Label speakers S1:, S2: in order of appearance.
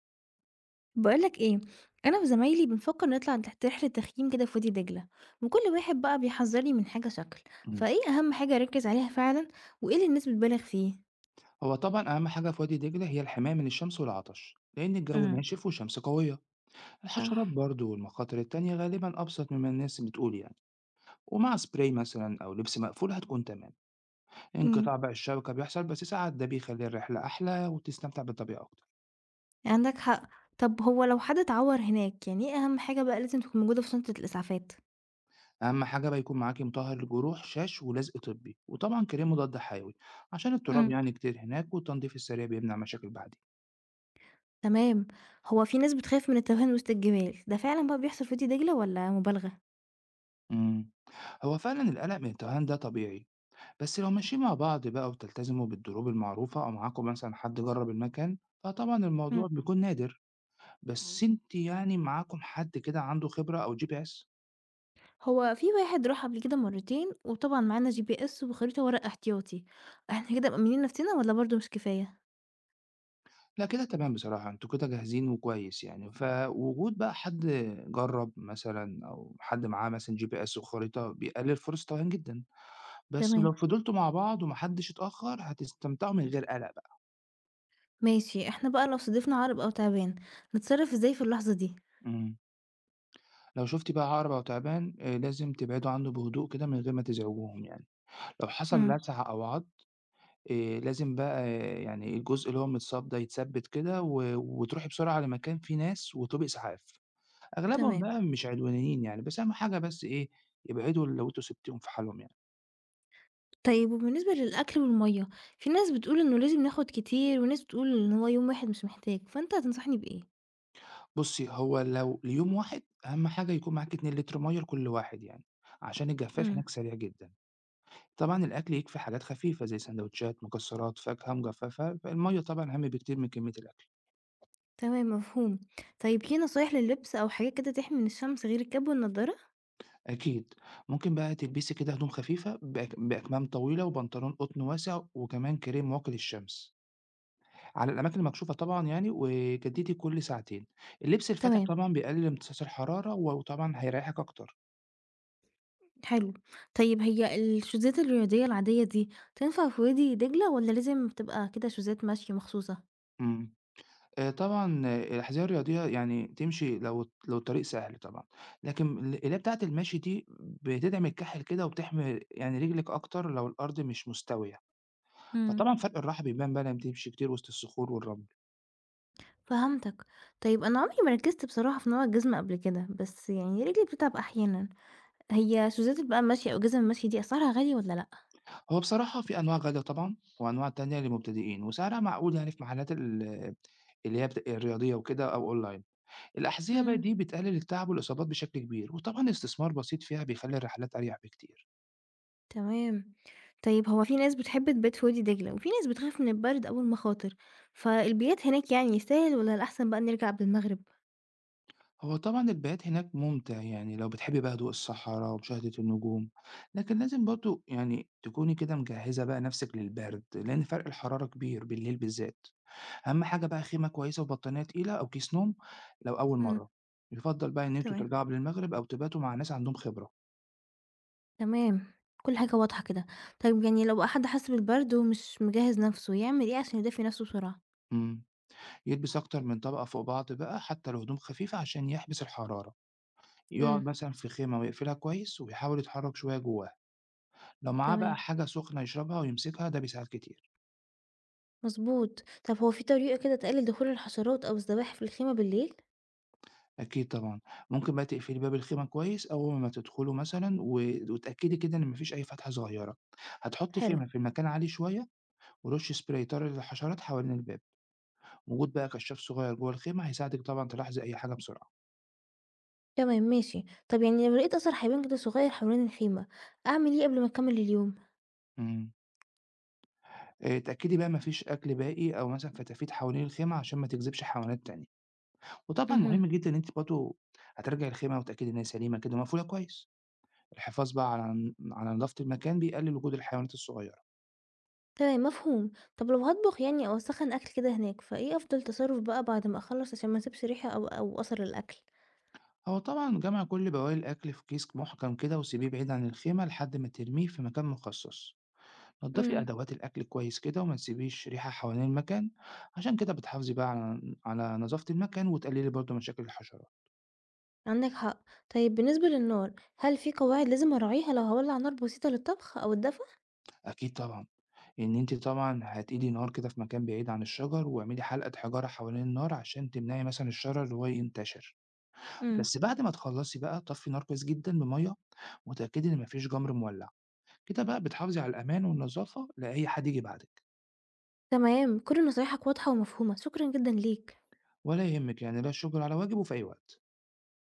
S1: بقولك ايه. انا وزمايلي بنفكر نطلع تحت رحلة تخييم كده في وادي دجلة، وكل واحد بقى بيحذرني من حاجة شكل.
S2: إمم.
S1: فايه اهم حاجة اركز عليها فعلا، وايه اللي الناس بتبالغ فيه؟
S2: هو طبعًا أهم حاجة في وادي دجلة هي الحماية من الشمس والعطش، لأن الجو
S1: امم.
S2: ناشف والشمس قوية. الحشرات
S1: صح.
S2: برضه والمخاطر التانية غالبًا أبسط مما الناس بتقول يعني، ومع spray مثلًا أو لبس مقفول هتكون تمام.
S1: امم.
S2: انقطاع بقى الشبكة بيحصل بس ساعات ده بيخلي الرحلة أحلى وتستمتع بالطبيعة أكتر.
S1: عندك حق. طب هو لو حد اتعور هناك يعني ايه اهم حاجة بقى لازم تكون موجودة في شنطة الاسعافات؟
S2: أهم حاجة بقى يكون معاكِ مطهّر للجروح، شاش ولزق طبي، وطبعًا كريم مضاد حيوي عشان التراب
S1: امم.
S2: يعني كتير هناك والتنضيف السريع بيمنع مشاكل بعدين.
S1: تمام. هو في ناس بتخاف من التوهان وسط الجبال، ده فعلا بقى بيحصل في وادي دجلة ولا مبالغة؟
S2: إمم. هو فعلًا القلق من التوهان ده طبيعي. بس لو ماشيين مع بعض بقى وتلتزموا بالضروب المعروفة أو معاكم مثلا حد جرب المكان، فطبعا الموضوع بيكون نادر. بس انت يعني معاكم حد كده عنده خبرة أو جي بي اس؟
S1: هو في واحد راح قبل كده مرتين وطبعًا معانا GPS وخريطة ورق احتياطي، إحنا كده مأمنين نفسنا والّا برضه مش كفاية؟
S2: لا كده تمام، بصراحة انتوا كده جاهزين وكويس يعني، فوجود بقى حد جرب مثلا أو حد معاه مثلا جي بي اس وخريطة بيقلل فرص التوهان جدا. بس لو
S1: تمام،
S2: فضلتوا مع بعض ومحدش اتأخر هتستمتعوا من غير قلق بقى.
S1: ماشي، إحنا بقى لو صادفنا عرَب أو تعبان، نتصرف إزاي في اللحظة دي؟
S2: مم. لو شفتي بقى عقرب أو تعبان آه، لازم تبعدوا عنه بهدوء كده من غير ما تزعجوهم يعني. لو حصل
S1: امم.
S2: لسعة أو عض، لازم بقى يعني الجزء اللي هو متصاب ده يتثبّت كده و وتروحي بسرعة لمكان فيه ناس وتطلبي إسعاف. أغلبهم
S1: تمام.
S2: بقى مش عدوانيين يعني، بس أهم حاجة بس إيه، ابعدوا لو أنتم سِبتيهم في حالهم يعني.
S1: طيب وبالنسبة للأكل والمَيّة، في ناس بتقول إنه لازم ناخد كتير وناس بتقول إن هو يوم واحد مش محتاج، فأنت هتنصحني بإيه؟
S2: بُصّي، هو لو ليوم واحد أهم حاجة يكون معاكِ 2 لتر مَيّة لكل واحد يعني، عشان الجفاف هناك
S1: امم.
S2: سريع جدًا. طبعًا الأكل يكفي حاجات خفيفة زي ساندوتشات، مكسرات، فاكهة مجففة، فالمَيّة طبعًا أهم بكتير من كمية الأكل.
S1: تمام، مفهوم. طيب في نصايح لللبس أو حاجات كده تحمي من الشمس غير الكاب والنضارة؟
S2: أكيد، ممكن بقى تلبسي كده هدوم خفيفة بأكمام طويلة وبنطلون قطن واسع وكمان كريم واقي للشمس، على الأماكن المكشوفة طبعًا يعني، وجددي كل ساعتين. اللبس الفاتح
S1: تمام.
S2: طبعًا بيقلل امتصاص الحرارة وطبعًا هيريحك أكتر.
S1: حلو. طيب هي الشوزات الرياضية العادية دي تنفع في وادي دجلة والّا لازم تبقى كده شوزات مشي مخصوصة؟
S2: إمم، طبعًا آه، الأحذية الرياضية يعني تمشي لو الطريق سهل طبعًا، لكن اللي هي بتاعة المشي دي بتدعم الكحل كده وبتحمي يعني رجلِك أكتر لو الأرض مش مستوية.
S1: إمم.
S2: فطبعًا فرق الراحة بيبان بقى لمّا تمشي كتير وسط الصخور والرمل.
S1: فهمتك. طيب أنا عمري ما ركزت بصراحة في نوع الجزمة قبل كده، بس يعني رجلي بتتعب أحيانًا. هي شوزات بقى المشي أو جزم المشي دي أسعارها غالية والّا لأ؟
S2: هو بصراحة في أنواع غالية طبعًا، وأنواع تانية للمبتدئين، وسعرها معقول يعني في محلات اللي هي الرياضية وكده أو أونلاين. الأحذية بقى
S1: إمم.
S2: دي بتقلل التعب والإصابات بشكل كبير، وطبعًا استثمار بسيط فيها بيخلّي الرحلات أريح بكتير.
S1: تمام. طيب هو في ناس بتحب تبات في وادي دجلة وفي ناس بتخاف من البرد أو المخاطر، فالبيات هناك يعني يستاهل والّا الأحسن بقى نرجع بالمغرب؟
S2: هو طبعًا البيات هناك ممتع يعني لو بتحبي بقى هدوء الصحراء ومشاهدة النجوم، لكن لازم برضه يعني تكوني كده مجهّزة بقى نفسِك للبرد، لأن فرق الحرارة كبير بالليل بالذات. أهم حاجة بقى خيمة كويسة وبطانية تقيلة أو كيس نوم لو أول
S1: إمم.
S2: مرة. يفضل بقى إن أنتوا
S1: تمام.
S2: ترجعوا قبل المغرب أو تباتوا مع ناس عندهم خبرة.
S1: تمام، كل حاجة واضحة كده. طيب يعني لو حد حس بالبرد ومش مجهّز نَفْسه، يعمل إيه عشان يدافي نَفْسه بسرعة؟
S2: امم يلبس أكتر من طبقة فوق بعض بقى حتى لو هدوم خفيفة عشان يحبس الحرارة. يقعد
S1: إمم.
S2: مثلا في خيمة ويقفلها كويس ويحاول يتحرك شوية جواها. لو معاه بقى
S1: تمام،
S2: حاجة سخنة يشربها ويمسكها ده بيساعد كتير.
S1: مضبوط. طب هو في طريقة كده تقلل دخول الحشرات أو الزواحف في الخيمة بالليل؟
S2: أكيد طبعا، ممكن بقى تقفلي باب الخيمة كويس أول ما تدخلوا مثلا وتأكدي كده إن مفيش أي فتحة صغيرة. هتحطي
S1: حلو.
S2: خيمة في مكان عالي شوية ورش سبراي طارد للحشرات حوالين الباب. وجود بقى كشاف صغير جوه الخيمة هيساعدِك طبعًا تلاحظي أي حاجة بسرعة.
S1: تمام ماشي. طب يعني لو لقيت أثر حيوان كده صغير حوالين الخيمة، أعمل إيه قبل ما أكمّل اليوم؟
S2: إمم. اتأكدي بقى ما فيش أكل باقي أو مثلًا فتافيت حوالين الخيمة عشان ما تجذبش حيوانات تانية. وطبعًا مهم
S1: اهم.
S2: جدًا إن أنتِ برضه هتراجعي الخيمة وتتأكدي إن هي سليمة كده ومقفولة كويس. الحفاظ بقى على نضافة المكان بيقلل وجود الحيوانات الصغيرة.
S1: تمام، مفهوم. طب لو هاطبخ يعني أو أسخّن أكل كده هناك، فإيه أفضل تصرُّف بقى بعد ما أخلّص عشان ما أسيبش ريحة أو أثر الأكل؟
S2: هو طبعًا جمع كل بواقي الأكل في كيس محكم كده وسيبيه بعيد عن الخيمة لحد ما ترميه في مكان مخصص. نضفي
S1: إمم.
S2: أدوات الأكل كويس كده وما تسيبيش ريحة حوالين المكان، عشان كده بتحافظي بقى على نظافة المكان وتقللي برضه مشاكل الحشرات.
S1: عندك حق. طيب بالنسبة للنار هل في قواعد لازم أراعيها لو هولع نار بسيطة للطبخ أو الدفا؟
S2: أكيد طبعا، إن أنت طبعا هتقيدي نار كده في مكان بعيد عن الشجر، واعملي حلقة حجارة حوالين النار عشان تمنعي مثلا الشرر اللي هو ينتشر.
S1: مم.
S2: بس بعد ما تخلصي بقى طفي نار كويس جدا بمية وتأكدي إن مفيش جمر مولع. كده بقى بتحافظي على الأمان والنظافة لأي حد يجي بعدك.
S1: تمام كل نصايحك واضحة ومفهومة شكرا جدا ليك
S2: ولا يهمك، يعني لا الشجر على واجبه في أي وقت.